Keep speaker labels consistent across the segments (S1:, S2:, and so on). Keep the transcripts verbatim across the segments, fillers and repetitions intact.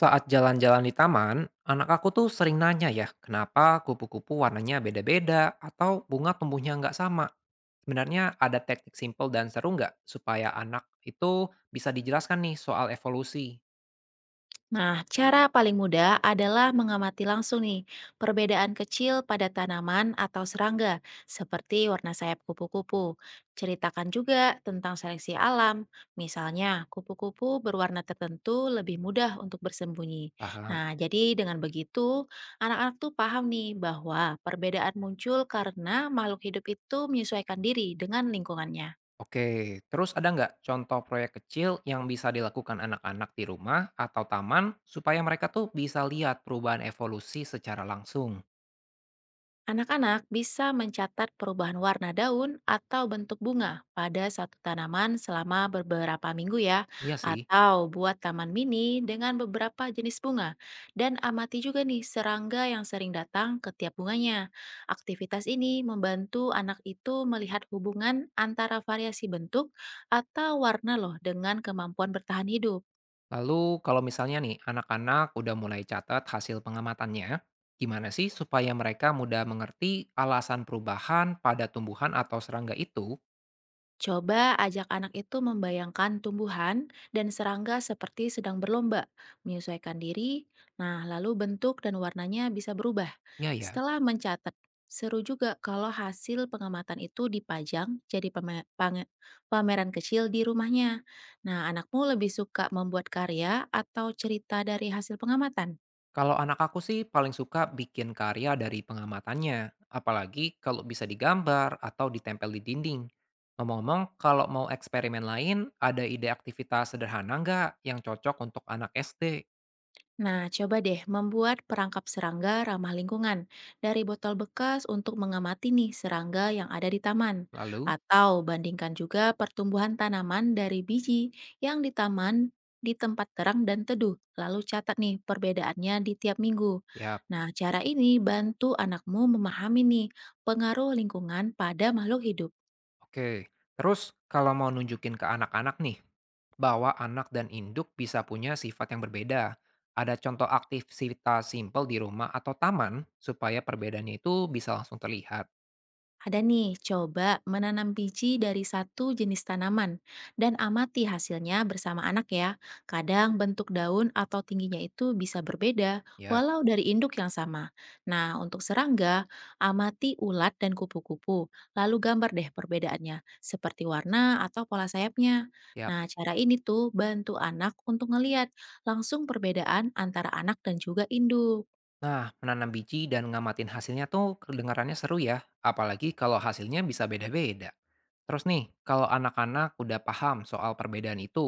S1: Saat jalan-jalan di taman, anak aku tuh sering nanya ya, kenapa kupu-kupu warnanya beda-beda atau bunga tumbuhnya nggak sama. Sebenarnya ada teknik simpel dan seru nggak supaya anak itu bisa dijelaskan nih soal evolusi?
S2: Nah, cara paling mudah adalah mengamati langsung nih perbedaan kecil pada tanaman atau serangga, seperti warna sayap kupu-kupu. Ceritakan juga tentang seleksi alam, misalnya kupu-kupu berwarna tertentu lebih mudah untuk bersembunyi.
S1: Paham.
S2: Nah, jadi dengan begitu, anak-anak tuh paham nih bahwa perbedaan muncul karena makhluk hidup itu menyesuaikan diri dengan lingkungannya.
S1: Oke, terus ada nggak contoh proyek kecil yang bisa dilakukan anak-anak di rumah atau taman supaya mereka tuh bisa lihat perubahan evolusi secara langsung?
S2: Anak-anak bisa mencatat perubahan warna daun atau bentuk bunga pada satu tanaman selama beberapa minggu ya,
S1: Iya sih.
S2: atau buat taman mini dengan beberapa jenis bunga. Dan amati juga nih serangga yang sering datang ke tiap bunganya. Aktivitas ini membantu anak itu melihat hubungan antara variasi bentuk atau warna loh dengan kemampuan bertahan hidup.
S1: Lalu kalau misalnya nih anak-anak udah mulai catat hasil pengamatannya, gimana sih supaya mereka mudah mengerti alasan perubahan pada tumbuhan atau serangga itu?
S2: Coba ajak anak itu membayangkan tumbuhan dan serangga seperti sedang berlomba, menyesuaikan diri. Nah, lalu bentuk dan warnanya bisa berubah.
S1: Ya ya,
S2: Setelah mencatat, seru juga kalau hasil pengamatan itu dipajang jadi pame- pange- pameran kecil di rumahnya. Nah, anakmu lebih suka membuat karya atau cerita dari hasil pengamatan?
S1: kalau anak aku sih paling suka bikin karya dari pengamatannya, apalagi kalau bisa digambar atau ditempel di dinding. Ngomong-ngomong, kalau mau eksperimen lain, ada ide aktivitas sederhana nggak yang cocok untuk anak S D?
S2: Nah, coba deh membuat perangkap serangga ramah lingkungan dari botol bekas untuk mengamati nih serangga yang ada di taman.
S1: Lalu,
S2: Atau bandingkan juga pertumbuhan tanaman dari biji yang di taman di tempat terang dan teduh. Lalu catat nih perbedaannya di tiap minggu.
S1: siap.
S2: Nah, cara ini bantu anakmu memahami nih pengaruh lingkungan pada makhluk hidup.
S1: Oke, terus kalau mau nunjukin ke anak-anak nih, bahwa anak dan induk bisa punya sifat yang berbeda. Ada contoh aktivitas simpel di rumah atau taman supaya perbedaannya itu bisa langsung terlihat.
S2: Ada nih, coba menanam biji dari satu jenis tanaman dan amati hasilnya bersama anak ya. Kadang bentuk daun atau tingginya itu bisa berbeda
S1: Ya,
S2: walau dari induk yang sama. Nah, untuk serangga, amati ulat dan kupu-kupu, lalu gambar deh perbedaannya, seperti warna atau pola sayapnya.
S1: Tiap
S2: Nah, cara ini tuh bantu anak untuk ngeliat langsung perbedaan antara anak dan juga induk.
S1: Nah, menanam biji dan ngamatin hasilnya tuh kedengarannya seru ya, apalagi kalau hasilnya bisa beda-beda. Terus nih, kalau anak-anak udah paham soal perbedaan itu,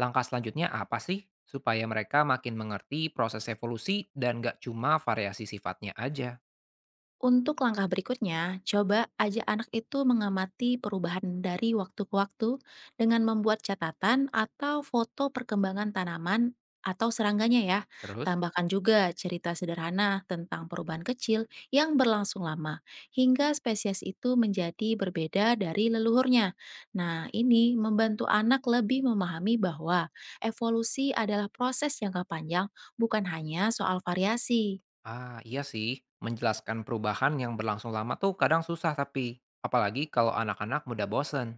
S1: langkah selanjutnya apa sih supaya mereka makin mengerti proses evolusi dan gak cuma variasi sifatnya aja?
S2: Untuk langkah berikutnya, coba ajak anak itu mengamati perubahan dari waktu ke waktu dengan membuat catatan atau foto perkembangan tanaman atau serangganya ya.
S1: Terus?
S2: Tambahkan juga cerita sederhana tentang perubahan kecil yang berlangsung lama hingga spesies itu menjadi berbeda dari leluhurnya. Nah, ini membantu anak lebih memahami bahwa evolusi adalah proses jangka panjang, bukan hanya soal variasi.
S1: Ah, iya sih. Menjelaskan perubahan yang berlangsung lama tuh kadang susah tapi. Apalagi kalau anak-anak mudah bosen.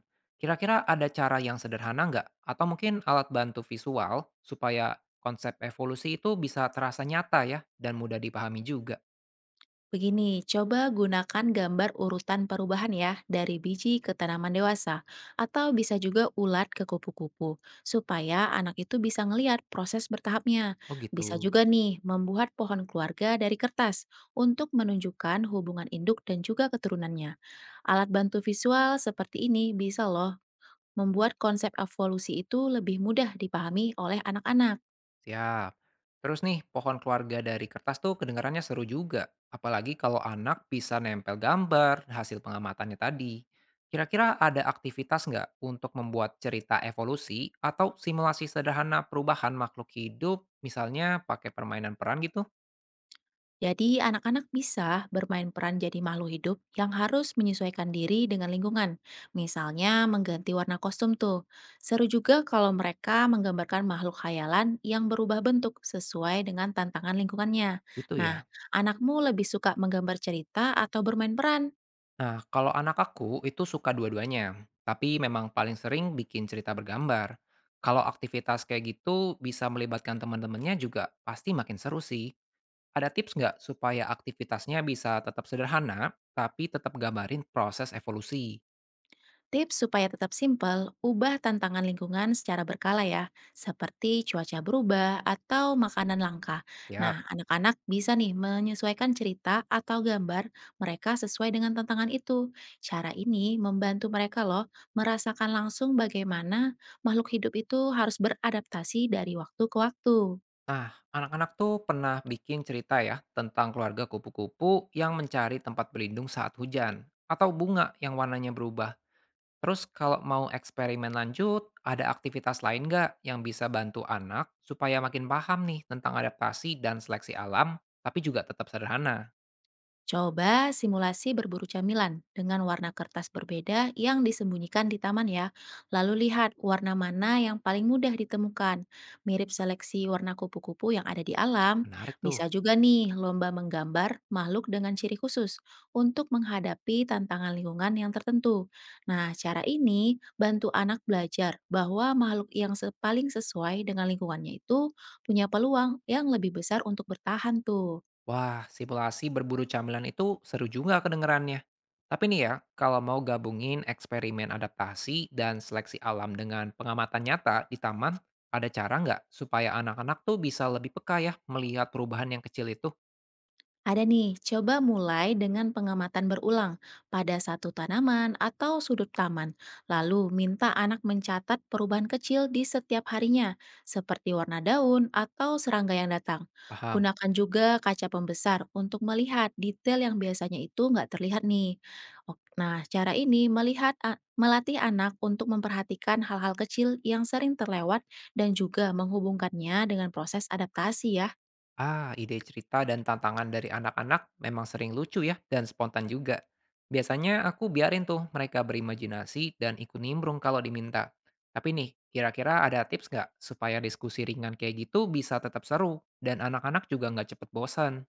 S1: Kira-kira ada cara yang sederhana nggak? Atau mungkin alat bantu visual supaya konsep evolusi itu bisa terasa nyata ya dan mudah dipahami juga.
S2: Begini, coba gunakan gambar urutan perubahan ya, dari biji ke tanaman dewasa, atau bisa juga ulat ke kupu-kupu, supaya anak itu bisa ngeliat proses bertahapnya.
S1: Oh
S2: Bisa
S1: gitu.
S2: juga nih, membuat pohon keluarga dari kertas, untuk menunjukkan hubungan induk dan juga keturunannya. Alat bantu visual seperti ini bisa loh, membuat konsep evolusi itu lebih mudah dipahami oleh anak-anak.
S1: Siap. Terus nih, pohon keluarga dari kertas tuh kedengarannya seru juga. Apalagi kalau anak bisa nempel gambar hasil pengamatannya tadi. Kira-kira ada aktivitas nggak untuk membuat cerita evolusi atau simulasi sederhana perubahan makhluk hidup, misalnya pakai permainan peran gitu?
S2: Jadi, anak-anak bisa bermain peran jadi makhluk hidup yang harus menyesuaikan diri dengan lingkungan. Misalnya, mengganti warna kostum tuh. Seru juga kalau mereka menggambarkan makhluk khayalan yang berubah bentuk sesuai dengan tantangan lingkungannya.
S1: Gitu ya.
S2: Nah, anakmu lebih suka menggambar cerita atau bermain peran?
S1: Nah, kalau anak aku itu suka dua-duanya, tapi memang paling sering bikin cerita bergambar. Kalau aktivitas kayak gitu bisa melibatkan teman-temannya juga pasti makin seru sih. Ada tips nggak supaya aktivitasnya bisa tetap sederhana, tapi tetap gambarin proses evolusi?
S2: Tips supaya tetap simpel, ubah tantangan lingkungan secara berkala ya, seperti cuaca berubah atau makanan langka.
S1: Yap.
S2: Nah, anak-anak bisa nih menyesuaikan cerita atau gambar mereka sesuai dengan tantangan itu. Cara ini membantu mereka loh merasakan langsung bagaimana makhluk hidup itu harus beradaptasi dari waktu ke waktu.
S1: Nah, anak-anak tuh pernah bikin cerita ya tentang keluarga kupu-kupu yang mencari tempat berlindung saat hujan, atau bunga yang warnanya berubah. Terus kalau mau eksperimen lanjut, ada aktivitas lain nggak yang bisa bantu anak supaya makin paham nih tentang adaptasi dan seleksi alam, tapi juga tetap sederhana?
S2: Coba simulasi berburu camilan dengan warna kertas berbeda yang disembunyikan di taman ya. Lalu lihat warna mana yang paling mudah ditemukan. Mirip seleksi warna kupu-kupu yang ada di alam.
S1: Menarik tuh.
S2: Bisa juga nih lomba menggambar makhluk dengan ciri khusus untuk menghadapi tantangan lingkungan yang tertentu. Nah, cara ini bantu anak belajar bahwa makhluk yang se- paling sesuai dengan lingkungannya itu punya peluang yang lebih besar untuk bertahan tuh.
S1: Wah, simulasi berburu camilan itu seru juga kedengerannya. Tapi nih ya, kalau mau gabungin eksperimen adaptasi dan seleksi alam dengan pengamatan nyata di taman, ada cara nggak supaya anak-anak tuh bisa lebih peka ya melihat perubahan yang kecil itu?
S2: Ada nih, coba mulai dengan pengamatan berulang pada satu tanaman atau sudut taman. Lalu minta anak mencatat perubahan kecil di setiap harinya, seperti warna daun atau serangga yang datang.
S1: Paham?
S2: Gunakan juga kaca pembesar untuk melihat detail yang biasanya itu nggak terlihat nih. Ok, nah, cara ini melihat a- melatih anak untuk memperhatikan hal-hal kecil yang sering terlewat dan juga menghubungkannya dengan proses adaptasi ya.
S1: Ah, ide cerita dan tantangan dari anak-anak memang sering lucu ya, dan spontan juga. Biasanya aku biarin tuh mereka berimajinasi dan ikut nimbrung kalau diminta. Tapi nih, kira-kira ada tips nggak supaya diskusi ringan kayak gitu bisa tetap seru dan anak-anak juga nggak cepet bosan?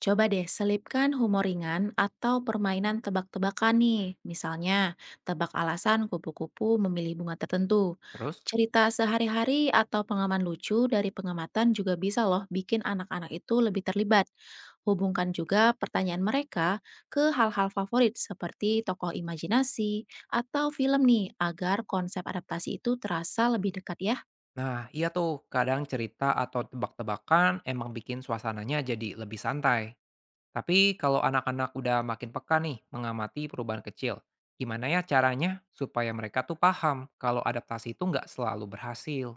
S2: Coba deh selipkan humor ringan atau permainan tebak-tebakan nih. Misalnya, tebak alasan kupu-kupu memilih bunga tertentu.
S1: Terus?
S2: Cerita sehari-hari atau pengaman lucu dari pengamatan juga bisa loh bikin anak-anak itu lebih terlibat. Hubungkan juga pertanyaan mereka ke hal-hal favorit seperti tokoh imajinasi atau film nih agar konsep adaptasi itu terasa lebih dekat ya.
S1: Nah, iya tuh, kadang cerita atau tebak-tebakan emang bikin suasananya jadi lebih santai. Tapi kalau anak-anak udah makin peka nih mengamati perubahan kecil, gimana ya caranya supaya mereka tuh paham kalau adaptasi itu nggak selalu berhasil?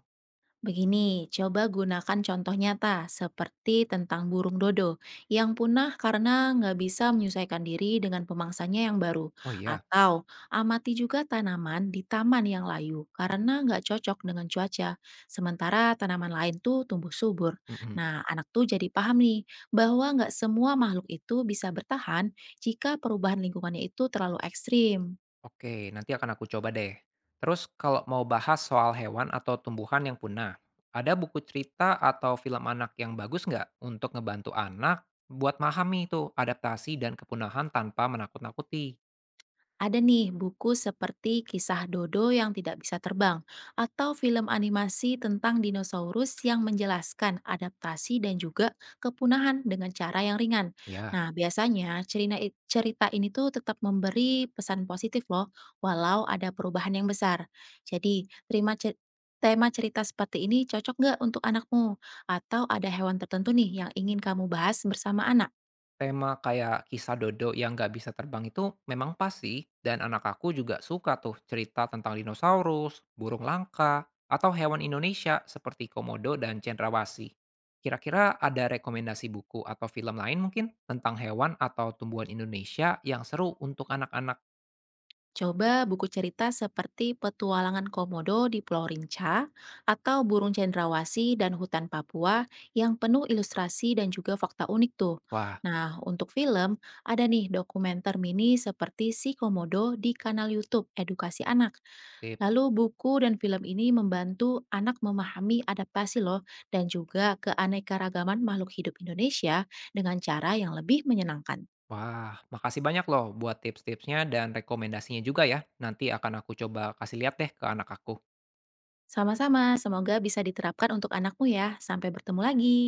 S2: Begini, coba gunakan contoh nyata seperti tentang burung dodo yang punah karena nggak bisa menyesuaikan diri dengan pemangsanya yang baru.
S1: Oh iya,
S2: Atau amati juga tanaman di taman yang layu karena nggak cocok dengan cuaca, sementara tanaman lain tuh tumbuh subur.
S1: mm-mm.
S2: Nah, anak tuh jadi paham nih bahwa nggak semua makhluk itu bisa bertahan jika perubahan lingkungannya itu terlalu ekstrim.
S1: Oke, nanti akan aku coba deh. Terus kalau mau bahas soal hewan atau tumbuhan yang punah, ada buku cerita atau film anak yang bagus nggak untuk ngebantu anak buat memahami itu adaptasi dan kepunahan tanpa menakut-nakuti?
S2: Ada nih buku seperti Kisah Dodo yang Tidak Bisa Terbang atau film animasi tentang dinosaurus yang menjelaskan adaptasi dan juga kepunahan dengan cara yang ringan.
S1: Ya.
S2: Nah, biasanya cerita cerita ini tuh tetap memberi pesan positif loh walau ada perubahan yang besar. Jadi, terima cer- tema cerita seperti ini cocok nggak untuk anakmu? Atau ada hewan tertentu nih yang ingin kamu bahas bersama anak?
S1: Tema kayak kisah Dodo yang nggak bisa terbang itu memang pas sih, dan anak aku juga suka tuh cerita tentang dinosaurus, burung langka, atau hewan Indonesia seperti komodo dan cendrawasih. Kira-kira ada rekomendasi buku atau film lain mungkin tentang hewan atau tumbuhan Indonesia yang seru untuk anak-anak?
S2: Coba buku cerita seperti Petualangan Komodo di Pulau Rinca atau Burung Cendrawasih dan Hutan Papua yang penuh ilustrasi dan juga fakta unik tuh.
S1: Wah,
S2: Nah, untuk film, ada nih dokumenter mini seperti Si Komodo di kanal YouTube Edukasi Anak.
S1: tip.
S2: Lalu buku dan film ini membantu anak memahami adaptasi loh dan juga keanekaragaman makhluk hidup Indonesia dengan cara yang lebih menyenangkan.
S1: Wah, makasih banyak loh buat tips-tipsnya dan rekomendasinya juga ya. Nanti akan aku coba kasih lihat deh ke anak aku.
S2: Sama-sama, semoga bisa diterapkan untuk anakmu ya. Sampai bertemu lagi.